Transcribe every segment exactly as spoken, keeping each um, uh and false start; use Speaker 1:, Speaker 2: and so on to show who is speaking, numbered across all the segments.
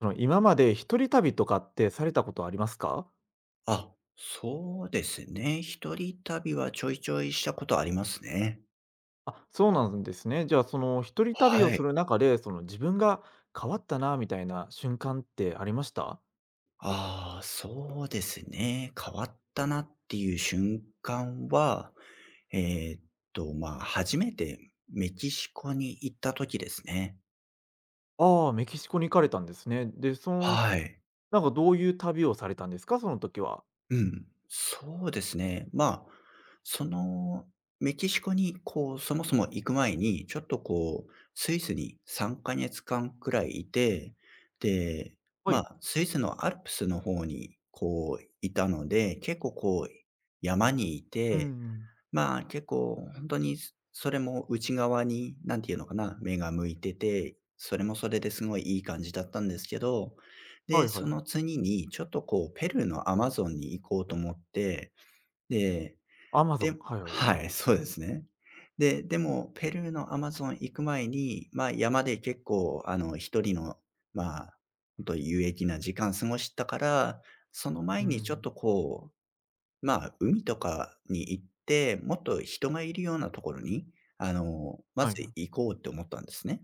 Speaker 1: その、今まで一人旅とかってされたことありますか？
Speaker 2: あ、そうですね。一人旅はちょいちょいしたことありますね。
Speaker 1: あ、そうなんですね。じゃあ、その、一人旅
Speaker 2: は
Speaker 1: を
Speaker 2: い。
Speaker 1: する中で、その、自分が変わったなみたいな瞬間ってありました？
Speaker 2: ああ、そうですね。変わったなっていう瞬間は、えーっと、まあ、初めてメキシコに行った時ですね。
Speaker 1: ああ、メキシコに行かれたんですね。で、その、
Speaker 2: はい。
Speaker 1: なんかどういう旅をされたんですか？その時は。
Speaker 2: うん、そうですね。まあ、その、メキシコに、こう、そもそも行く前に、ちょっとこう、スイスにさんかげつかんくらいいて、で、
Speaker 1: は
Speaker 2: ま
Speaker 1: い。
Speaker 2: あ、スイスのアルプスの方に、こう、いたので、結構こう、山にい
Speaker 1: う
Speaker 2: て、
Speaker 1: ん、
Speaker 2: まあ、結構本当に、そそれも内側に、何て言うのかな、目が向いてて、それもそれですごいいい感じだったんですけど、
Speaker 1: は
Speaker 2: で、
Speaker 1: いはい
Speaker 2: そ
Speaker 1: は
Speaker 2: の
Speaker 1: い。
Speaker 2: 次にちょっとこうペルーのアマゾンに行こうと思って、で、
Speaker 1: アマゾ
Speaker 2: で
Speaker 1: ン、はいはい。
Speaker 2: はい、そうですね。で、でもペルーのアマゾン行く前に、まあ、山で結構あの一人の、まあ、本当有益な時間過ごしたから、その
Speaker 1: う
Speaker 2: 前にちょっ
Speaker 1: ん。
Speaker 2: とこまあ、海とかに行って、もっと人がいるようなところに、あの、ま
Speaker 1: は
Speaker 2: ず
Speaker 1: いはい。
Speaker 2: 行こうって思ったんですね。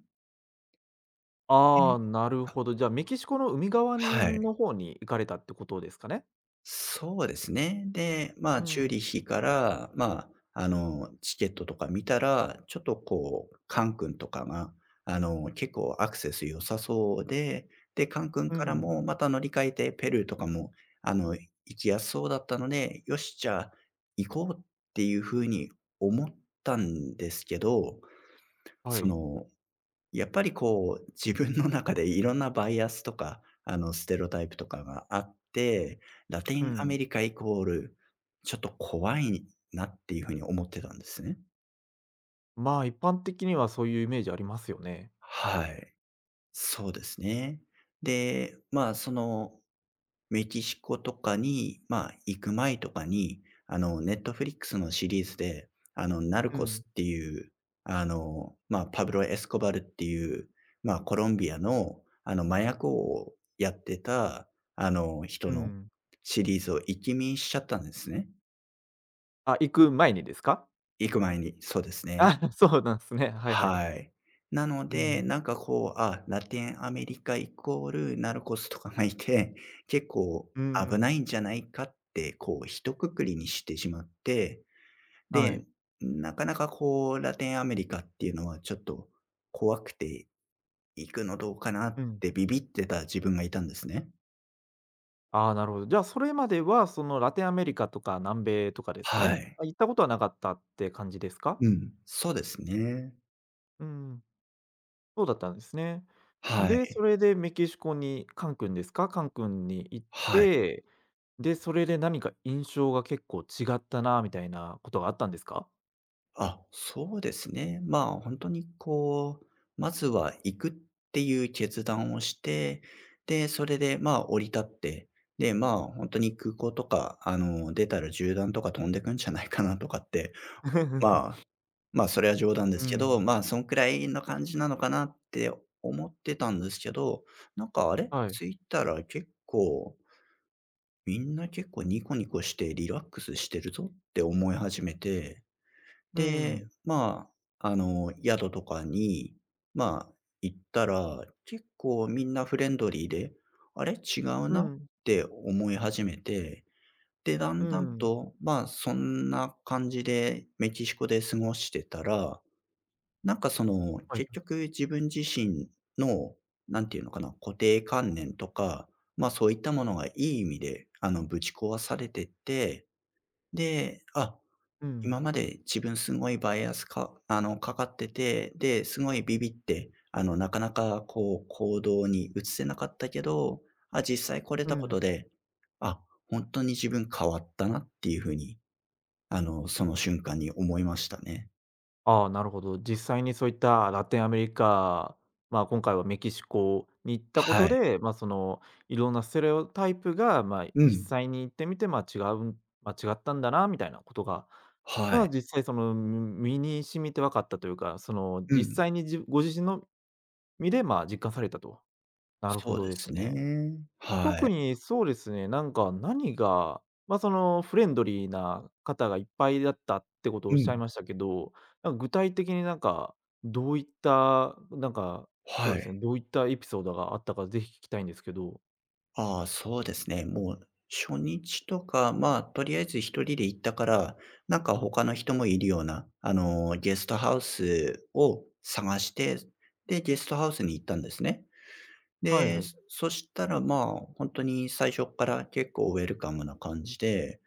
Speaker 1: ああ、
Speaker 2: で
Speaker 1: なるほど。じゃあ、メキシコの海側
Speaker 2: はい。
Speaker 1: の方に行かれたってことですかね？
Speaker 2: そうですね。で、ま
Speaker 1: う
Speaker 2: あ、チューリ
Speaker 1: ん、
Speaker 2: ッヒから、まあ、あの、チケットとか見たら、ちょっとこう、カン君とかが、あの、結構アクセス良さそうで、で、カン君
Speaker 1: う
Speaker 2: から
Speaker 1: ん。
Speaker 2: もまた乗り換えて、ペルーとかも、あの、行きやすそうだったので、よし、じゃあ行こうっていうふうに思ったんですけど、
Speaker 1: は
Speaker 2: そ
Speaker 1: い。
Speaker 2: の、やっぱりこう、自分の中でいろんなバイアスとか、あの、ステレオタイプとかがあって、
Speaker 1: うんうんはい
Speaker 2: ラテンア
Speaker 1: う
Speaker 2: メ
Speaker 1: ん。
Speaker 2: リカイコール、ちょっと怖いなっていう風に思ってたんですね。
Speaker 1: まあ、一般的にはそういうイメージありますよね。
Speaker 2: はい。そうですね。で、まあ、そのメキシコとかに、まあ、行く前とかに、あの、ネットフリックスのシリーズで、あの、ナル
Speaker 1: う
Speaker 2: コス
Speaker 1: ん、
Speaker 2: っていう、あの、まあ、パブロ・エスコバルっていう、まあ、コロンビアの、あの、麻薬王をやってた、あの、人
Speaker 1: う
Speaker 2: の
Speaker 1: ん。
Speaker 2: シリーズを一気見しちゃったんですね。
Speaker 1: あ、行く前にですか？
Speaker 2: 行く前に、そうですね。
Speaker 1: あ、そうなんですね。はいはいはい。
Speaker 2: はい。なの
Speaker 1: う
Speaker 2: で、
Speaker 1: ん、
Speaker 2: なんかこう、あ、ラテンアメリカイコールナルコスとかがいて、結構
Speaker 1: う
Speaker 2: 危
Speaker 1: ん。
Speaker 2: ないんじゃないかって、こう、一括りにしてしまって、
Speaker 1: はい。
Speaker 2: で、なかなかこう、ラテンアメリカっていうのはちょっと怖くて行くのどうかな
Speaker 1: う
Speaker 2: っ
Speaker 1: ん。
Speaker 2: てビビってた自分がいたんですね。
Speaker 1: ああ、なるほど。じゃあ、それまでは、その、ラテンアメリカとか南米とかですか
Speaker 2: は
Speaker 1: ね？
Speaker 2: い。
Speaker 1: あ、行ったことはなかったって感じですか？
Speaker 2: うん、そうですね。
Speaker 1: うん、そうだったんですね。
Speaker 2: は
Speaker 1: で、そ
Speaker 2: い。
Speaker 1: れでメキシコにカン君ですか？カン君に行っ
Speaker 2: はい。
Speaker 1: て、で、それで何か印象が結構違ったなみたいなことがあったんですか？
Speaker 2: あ、そうですね。まあ、本当にこう、まずは行くっていう決断をして、で、それで、まあ、降り立って、で、まあ、本当に空港とか、あの、出たら銃弾とか飛んでくんじゃないかなとかって、ま あ、まあ、それは冗談で
Speaker 1: う
Speaker 2: すけど、
Speaker 1: ん。
Speaker 2: まあ、そんくらいの感じなのかなって思ってたんですけど、なんか、あれ、
Speaker 1: はい。
Speaker 2: 着いたら結構みんな結構ニコニコしてリラックスしてるぞって思い始めて、
Speaker 1: う
Speaker 2: で、
Speaker 1: ん、
Speaker 2: まあ、あの、宿とかに、まあ、行ったら、結構みんなフレンドリーで、あれ違う
Speaker 1: う
Speaker 2: なっ
Speaker 1: ん、
Speaker 2: て思い始めて、で、だ
Speaker 1: う
Speaker 2: んだん
Speaker 1: ん、
Speaker 2: と、まあ、そんな感じでメキシコで過ごしてたら、なんかその、
Speaker 1: はい。
Speaker 2: 結局自分自身の、なんていうのかな、固定観念とか、まあそういったものがいい意味で、あの、ぶち壊されてって、で、あ、
Speaker 1: うん、
Speaker 2: 今まで自分すごいバイアスかあの、かかってて、で、すごいビビって、あの、なかなかこう行動に移せなかったけど、あ、実際これ
Speaker 1: う
Speaker 2: たこと
Speaker 1: ん。
Speaker 2: で、あ、本当に自分変わったなっていうふうに、あの、その瞬間に思いましたね。
Speaker 1: ああ、なるほど。実際にそういったラテンアメリカ、まあ、今回はメキシコに行ったこ
Speaker 2: は
Speaker 1: と
Speaker 2: い。
Speaker 1: で、まあ、その、いろんなステレオタイプが、まあ、
Speaker 2: う
Speaker 1: 実
Speaker 2: ん。
Speaker 1: 際に行ってみて、まあ、違う、まあ、違ったんだなみたいなことが、
Speaker 2: は
Speaker 1: まあ、
Speaker 2: い。
Speaker 1: 実際その、み身に染みて分かったというか、その、
Speaker 2: う
Speaker 1: 実
Speaker 2: ん。
Speaker 1: 際にじご自身の身で、まあ、実感されたと。なるほ
Speaker 2: そうで
Speaker 1: どで
Speaker 2: す
Speaker 1: すね。
Speaker 2: ね。は
Speaker 1: 特
Speaker 2: い。
Speaker 1: にそうですね、なんか何が、まあ、そのフレンドリーな方がいっぱいだったってことをお
Speaker 2: う
Speaker 1: っしゃい
Speaker 2: ん。
Speaker 1: ましたけど、なんか具体的になんか、どういった、なんか、そう
Speaker 2: は
Speaker 1: ですね、
Speaker 2: い。
Speaker 1: どういったエピソードがあったかぜひ聞きたいんですけど。
Speaker 2: ああ、そうですね。もう初日とか、まあ、とりあえず一人で行ったから、なんか他の人もいるような、あの、ゲストハウスを探して、で、ゲストハウスに行ったんですね。
Speaker 1: はいは
Speaker 2: で、
Speaker 1: い。
Speaker 2: そそしたら、まあ、本当に最初から結構ウェルカムな感じで、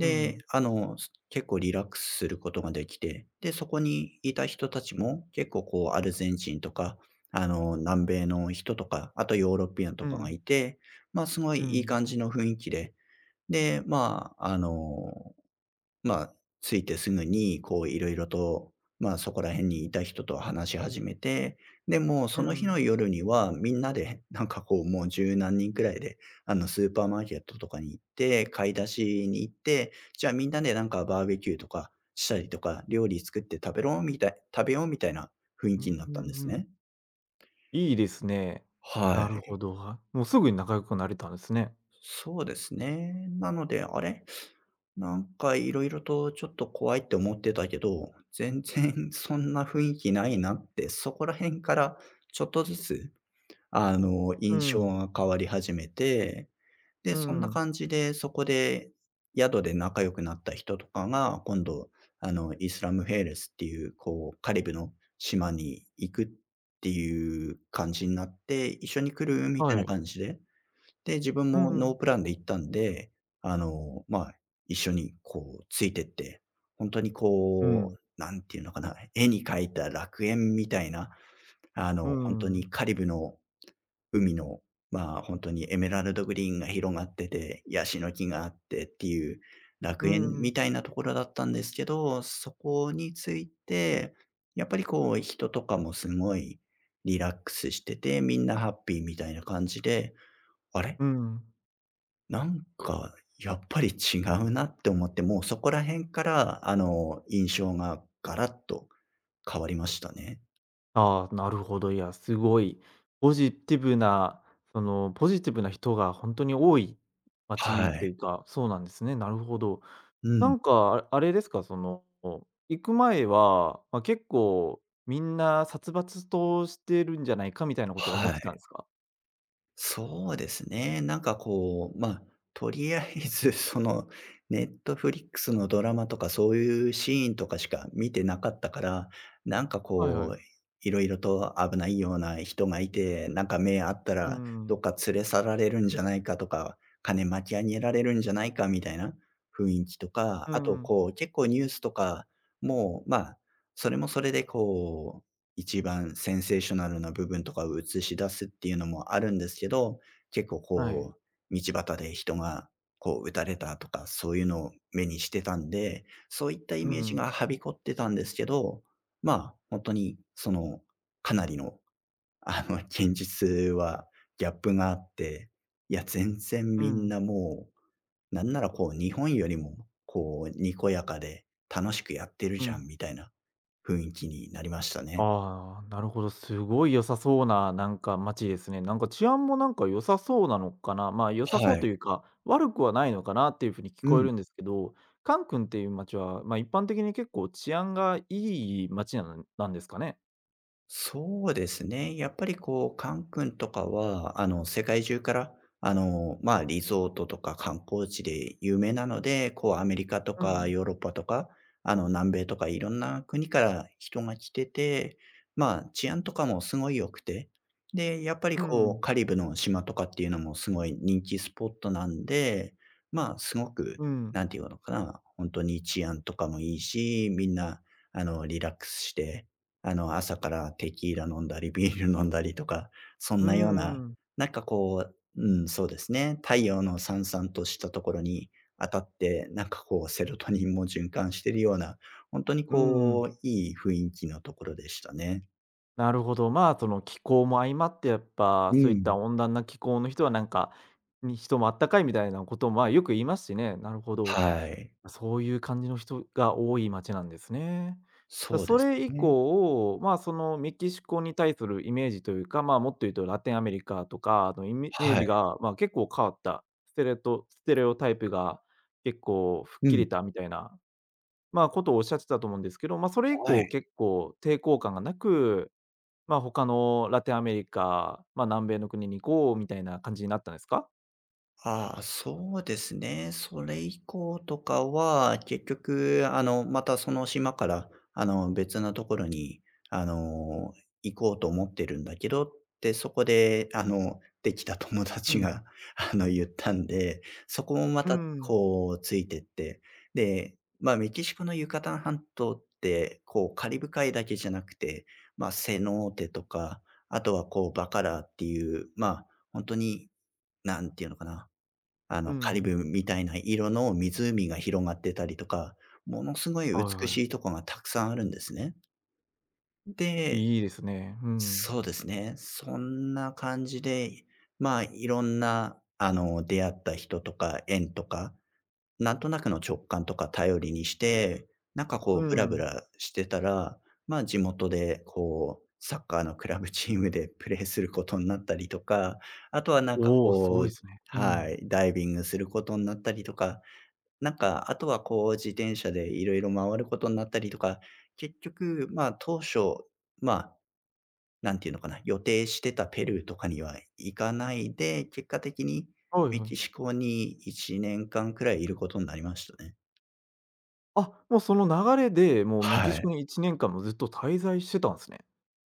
Speaker 1: うん、
Speaker 2: あの、結構リラックスすることができて、で、そこにいた人たちも結構こうアルゼンチンとか、あの、南米の人とか、あとヨーロピアンと
Speaker 1: う
Speaker 2: かが
Speaker 1: ん、
Speaker 2: いて、まあ、すごい
Speaker 1: う
Speaker 2: いい
Speaker 1: ん、
Speaker 2: 感じの雰囲気で、で、まあ、あの、まあ、着いてすぐに、こう色々と、まあ、そこら辺にいた人と話し始めて、で、もう
Speaker 1: う
Speaker 2: その日の
Speaker 1: ん、
Speaker 2: 夜にはみんなで、なんかこう、もう十何人くらいで、あの、スーパーマーケットとかに行って、買い出しに行って、じゃあみんなでなんかバーベキューとかしたりとか、料理作って食べろみたい食べようみたいな雰囲
Speaker 1: う
Speaker 2: 気に
Speaker 1: ん、
Speaker 2: なっ
Speaker 1: う
Speaker 2: たん
Speaker 1: ん、
Speaker 2: で
Speaker 1: う
Speaker 2: す
Speaker 1: ん。
Speaker 2: ね。
Speaker 1: いいですね。
Speaker 2: は
Speaker 1: なるほ
Speaker 2: い。
Speaker 1: ど、はもうすぐに仲良くなれたんですね。
Speaker 2: そうですね。なので、あれ？なんか色々とちょっと怖いって思ってたけど、全然 そんな雰囲気ないなって、そこら辺からちょっとずつ、あの、
Speaker 1: う
Speaker 2: 印象
Speaker 1: ん、
Speaker 2: が変わり始めて、で、
Speaker 1: う
Speaker 2: そんな
Speaker 1: ん、
Speaker 2: 感じで、そこで宿で仲良くなった人とかが、今度、あの、イスラムフェレスっていう、こう、カリブの島に行くっていう感じになって、一緒に来る？みたい
Speaker 1: は
Speaker 2: な
Speaker 1: い。
Speaker 2: 感じで、で、自分もノープランで行ったんで、あの、まあ、一緒にこうついてって、本当に
Speaker 1: う
Speaker 2: こ
Speaker 1: ん、
Speaker 2: う、なんていうのかな、絵に描いた楽園みたいな、あ
Speaker 1: う
Speaker 2: の、本当
Speaker 1: ん、うん、
Speaker 2: にカリブの海の、まあ、本当にエメラルドグリーンが広がってて、ヤシの木があってっていう
Speaker 1: う
Speaker 2: 楽園
Speaker 1: ん、
Speaker 2: みたいなところだったんですけど、そこについて、やっぱりこう人とかもすごいリラックスしてて、みんなハッピーみたいな感じで、あれ？
Speaker 1: うん。
Speaker 2: なんか、やっぱり違うなって思って、もうそこら辺から、あの、印象がガラッと変わりましたね。
Speaker 1: ああ、なるほど。いや、すごいポジティブな、その、ポジティブな人が本当に多い街
Speaker 2: は
Speaker 1: って
Speaker 2: い。
Speaker 1: いうか、そうなんですね。なるほど。
Speaker 2: う
Speaker 1: な
Speaker 2: ん。
Speaker 1: んか、ああれですか、その、行く前は、まあ、結構みんな殺伐としてるんじゃないかみたいなことを思っ
Speaker 2: は
Speaker 1: てたん
Speaker 2: い。
Speaker 1: ですか？
Speaker 2: そうですね。なんかこう、まあ、とりあえず、その、ネットフリックスのドラマとかそういうシーンとかしか見てなかったから、なんか
Speaker 1: はいはい。
Speaker 2: こう、いろいろと危ないような人がいて、なんか目あったらどっか連れ去られるんじゃないかとか、金巻き上げられるんじゃないかみたいな雰囲気とか、
Speaker 1: う
Speaker 2: あと
Speaker 1: んうん。
Speaker 2: こう、結構ニュースとかも、うまあ、それもそれでこ一番センセーショナルな部分とかを映し出すっていうのもあるんですけど、結構
Speaker 1: はい。
Speaker 2: こう、道端で人がこう撃たれたとか、そういうのを目にしてたんで、そういったイ
Speaker 1: う
Speaker 2: メージ
Speaker 1: ん。
Speaker 2: がはびこってたんですけど、まあ、本当にその、かなりの、あの、現実はギャップがあって、いや、全然
Speaker 1: う
Speaker 2: みん
Speaker 1: ん。
Speaker 2: なもう、なんならこう日本よりも、こう、にこやかで楽しくやってる
Speaker 1: う
Speaker 2: じゃ
Speaker 1: ん。
Speaker 2: んみたいな雰囲気になりましたね。
Speaker 1: ああ、なるほど。すごい良さそうな、なんか街ですね。なんか治安もなんか良さそうなのかな。まあ、良さそ
Speaker 2: は
Speaker 1: う
Speaker 2: い。
Speaker 1: というか、悪くはないのかなっていう風に聞
Speaker 2: う
Speaker 1: こえ
Speaker 2: ん、
Speaker 1: るんですけど、カンクンっていう街は、まあ、一般的に結構治安がいい街なのなんですかね？
Speaker 2: そうですね。やっぱりこう、カン君とかは、あの、世界中から、あの、まあ、リゾートとか観光地で有名なので、こう、アメリカと
Speaker 1: う
Speaker 2: か
Speaker 1: ん、
Speaker 2: ヨーロッパとか、あの、南米とかいろんな国から人が来てて、まあ、治安とかもすごい良くて、で、やっぱり
Speaker 1: う
Speaker 2: こう、
Speaker 1: ん、
Speaker 2: カリブの島とかっていうのもすごい人気スポットなんで、まあ、すごく、
Speaker 1: うん、
Speaker 2: なんていうのかな、本当に治安とかもいいし、みんな、あの、リラックスして、あの、朝からテキーラ飲んだり、ビール飲んだりとか、そん
Speaker 1: う
Speaker 2: なような、
Speaker 1: ん、
Speaker 2: なんかこううん、そうですね、太陽のさんさんとしたところに当たって、なんかこうセロトニンも循環してるような、本当に
Speaker 1: う
Speaker 2: こ
Speaker 1: ん。
Speaker 2: う、いい雰囲気のところでしたね。
Speaker 1: なるほど。まあ、その気候も相まって、やっぱ
Speaker 2: う
Speaker 1: そういっ
Speaker 2: ん。
Speaker 1: た温暖な気候の人はなんか、に人もあったかいみたいなことも、まあ、よく言いますしね。なるほど。
Speaker 2: はい。
Speaker 1: そういう感じの人が多い街なんですね。だ
Speaker 2: そうで
Speaker 1: そ
Speaker 2: す
Speaker 1: れ以
Speaker 2: ね。
Speaker 1: 降、まあ、そのメキシコに対するイメージというか、まあ、もっと言うとラテンアメリカとかのイメイメー
Speaker 2: は
Speaker 1: ジ
Speaker 2: い。
Speaker 1: が、まあ、結構変わった、ステレトステレオタイプが結構吹っ
Speaker 2: う
Speaker 1: 切
Speaker 2: ん。
Speaker 1: れたみたいな、まあ、ことをおっしゃってたと思うんですけど、まあ、それ以
Speaker 2: はい。
Speaker 1: 降結構抵抗感がなく、まあ、他のラテンアメリカ、まあ、南米の国に行こうみたいな感じになったんですか？
Speaker 2: ああ、そうですね。それ以降とかは、結局、あの、またその島から、あの、別なところに、あの、行こうと思ってるんだけどって、そこで、あの、できた友
Speaker 1: う
Speaker 2: 達
Speaker 1: ん、
Speaker 2: が、あの、言ったんで、そこもま
Speaker 1: う
Speaker 2: た、
Speaker 1: ん、
Speaker 2: こう、ついてって。で、まあ、メキシコのユカタン半島って、こう、カリブ海だけじゃなくて、まあ、セノーテとか、あとは、こう、バカラっていう、まあ、本当に、なんていうのかな。あ
Speaker 1: う
Speaker 2: の、カリ
Speaker 1: ん。
Speaker 2: ブみたいな色の湖が広がってたりとか、ものすごい
Speaker 1: はい
Speaker 2: 美
Speaker 1: は
Speaker 2: し
Speaker 1: い。
Speaker 2: いとこがたくさんあるんですね。で、
Speaker 1: いいですね。うん。
Speaker 2: そうですね。そんな感じで、まあ、いろんな、あの、出会った人とか縁とか、なんとなくの直感とか頼りにして、なんかこ
Speaker 1: う
Speaker 2: うブラブ
Speaker 1: ん。
Speaker 2: ラしてたら、まあ、地元でこう、サッカーのクラブチームでプレーすることになったりとか、あとはなんか
Speaker 1: おお、すご
Speaker 2: こ
Speaker 1: い
Speaker 2: う、
Speaker 1: ですね。う
Speaker 2: は
Speaker 1: ん。
Speaker 2: い、ダイビングすることになったりとか、なんか、あとはこう自転車でいろいろ回ることになったりとか、結局、まあ、当初、まあ、なんていうのかな、予定してたペルーとかには行かないで、結果的に
Speaker 1: はい
Speaker 2: メ
Speaker 1: はい。
Speaker 2: キシコにいちねんかんくらいいることになりましたね。
Speaker 1: あ、もうその流れで、もうメ
Speaker 2: は
Speaker 1: キシコ
Speaker 2: い。
Speaker 1: にいちねんかんもずっと滞在してたんすね。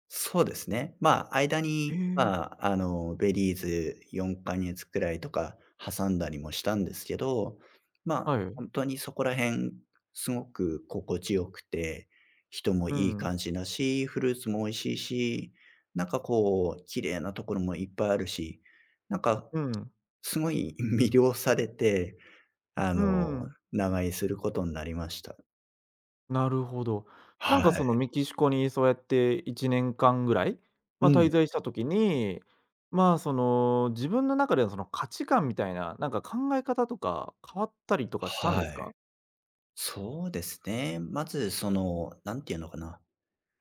Speaker 2: そうですね。まあ、間
Speaker 1: え
Speaker 2: に、
Speaker 1: え。
Speaker 2: まあ、あの、ベリーズよんかげつくらいとか挟んだりもしたんですけど、まあ、
Speaker 1: はい。
Speaker 2: 本当にそこら辺すごく心地よくて、人も
Speaker 1: う
Speaker 2: いい
Speaker 1: ん、
Speaker 2: 感じだし、フルーツも美味しいし、なんかこう、綺麗なところもいっぱいあるし、なんか
Speaker 1: うん、
Speaker 2: すごい 魅了されて、あ
Speaker 1: う
Speaker 2: の、
Speaker 1: ん。
Speaker 2: 長居することになりました。
Speaker 1: なるほど。なん
Speaker 2: は
Speaker 1: かそ
Speaker 2: い。
Speaker 1: のメキシコにそうやっていちねんかんぐらい、
Speaker 2: う
Speaker 1: ま、滞
Speaker 2: ん。
Speaker 1: 在した時に、まあ、その、自分の中でのその価値観みたいな、なんか考え方とか変わったりとかしたん
Speaker 2: は
Speaker 1: です
Speaker 2: い。
Speaker 1: か？
Speaker 2: そうですね。まずその、なんていうのかな。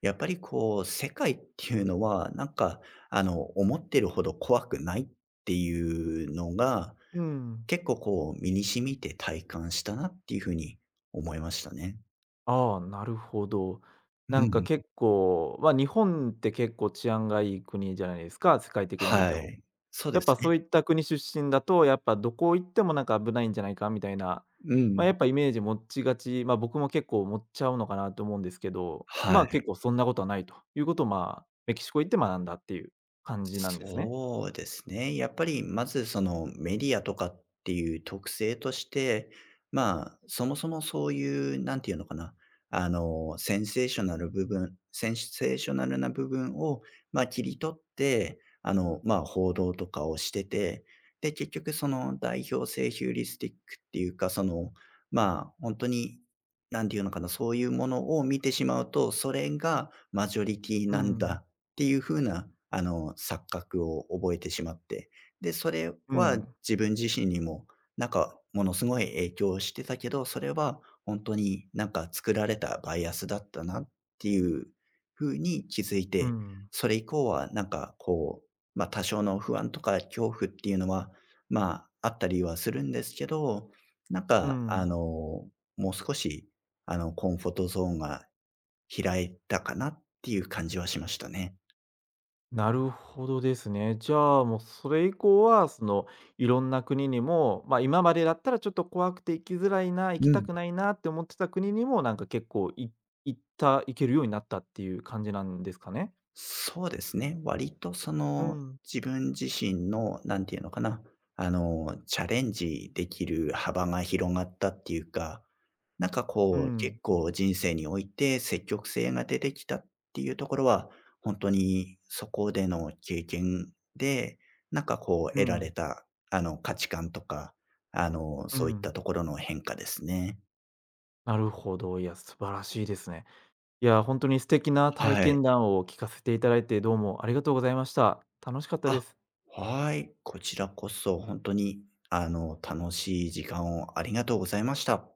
Speaker 2: やっぱりこう、世界っていうのは、なんか、あの、思ってるほど怖くないっていうのが、
Speaker 1: うん。
Speaker 2: 結構こう、身に染みて体感したなっていうふうに思いましたね。
Speaker 1: ああ、なるほど。
Speaker 2: う
Speaker 1: なんか
Speaker 2: ん。
Speaker 1: 結構、まあ、日本って結構治安がいい国じゃないですか、世界的に見
Speaker 2: は
Speaker 1: ても。
Speaker 2: い。そう
Speaker 1: や
Speaker 2: で
Speaker 1: っ
Speaker 2: す
Speaker 1: ぱそ
Speaker 2: ね。
Speaker 1: ういった国出身だと、やっぱどこ行ってもなんか危ないんじゃないかみたいな、
Speaker 2: う
Speaker 1: まあ、
Speaker 2: ん。
Speaker 1: やっぱイメージ持ちがち、まあ、僕も結構持っちゃうのかなと思うんですけど、
Speaker 2: は
Speaker 1: まあ、
Speaker 2: い。
Speaker 1: 結構そんなことはないということを、まあ、メキシコ行って学んだっていう感じなんですね。
Speaker 2: そうですね。やっぱりまずそのメディアとかっていう特性として、まあ、そもそもそういう、なんていうのかな、あの、センセーショナル部分、センセーショナルな部分を、まあ、切り取って、あの、まあ、報道とかをしてて、で、結局その代表性ヒューリスティックっていうか、その、まあ、本当に、なんていうのかな、そういうものを見てしまうと、それがマジョリティ
Speaker 1: う
Speaker 2: なん
Speaker 1: ん。
Speaker 2: だっていう風な、あの、錯覚を覚えてしまって、で、それ
Speaker 1: う
Speaker 2: は
Speaker 1: ん。
Speaker 2: 自分自身にも、なんか、ものすごい影響してたけど、それは本当になんか作られたバイアスだったなっていう風に気づい
Speaker 1: う
Speaker 2: て、
Speaker 1: ん。
Speaker 2: それ以降はなんかこう、ま、多少の不安とか恐怖っていうのは、まあ、あったりはするんですけど、なん
Speaker 1: う
Speaker 2: か、あ
Speaker 1: ん。
Speaker 2: の、もう少し、あの、コンフォートゾーンが開いたかなっていう感じはしましたね。
Speaker 1: なるほどですね。じゃあ、もうそれ以降は、その、いろんな国にも、まあ、今までだったらちょっと怖くて行きづらいな、行き
Speaker 2: う
Speaker 1: た
Speaker 2: ん、
Speaker 1: くないなって思ってた国にも、なんか結構い行った行けるようになったっていう感じなんですかね？
Speaker 2: そうですね。割とそ
Speaker 1: う
Speaker 2: の、
Speaker 1: ん、
Speaker 2: 自分自身の、なんていうのかな、あの、チャレンジできる幅が広がったっていうか、なんか
Speaker 1: う
Speaker 2: こう、結
Speaker 1: ん、
Speaker 2: 構人生において積極性が出てきたっていうところは、本当にそこでの経験で、なんかこう
Speaker 1: う
Speaker 2: 得られ
Speaker 1: ん、
Speaker 2: た、あの、価値観とか、あの、
Speaker 1: う
Speaker 2: そういった
Speaker 1: ん。
Speaker 2: ところの変化ですね。
Speaker 1: なるほど。いや、素晴らしいですね。いや、本当に素敵な体
Speaker 2: はい。
Speaker 1: 験談を聞かせていただいて、どうもありがとうございました。楽しかったで
Speaker 2: あ、
Speaker 1: す。
Speaker 2: はい。こちらこそ本当に、あの、楽しい時間をありがとうございました。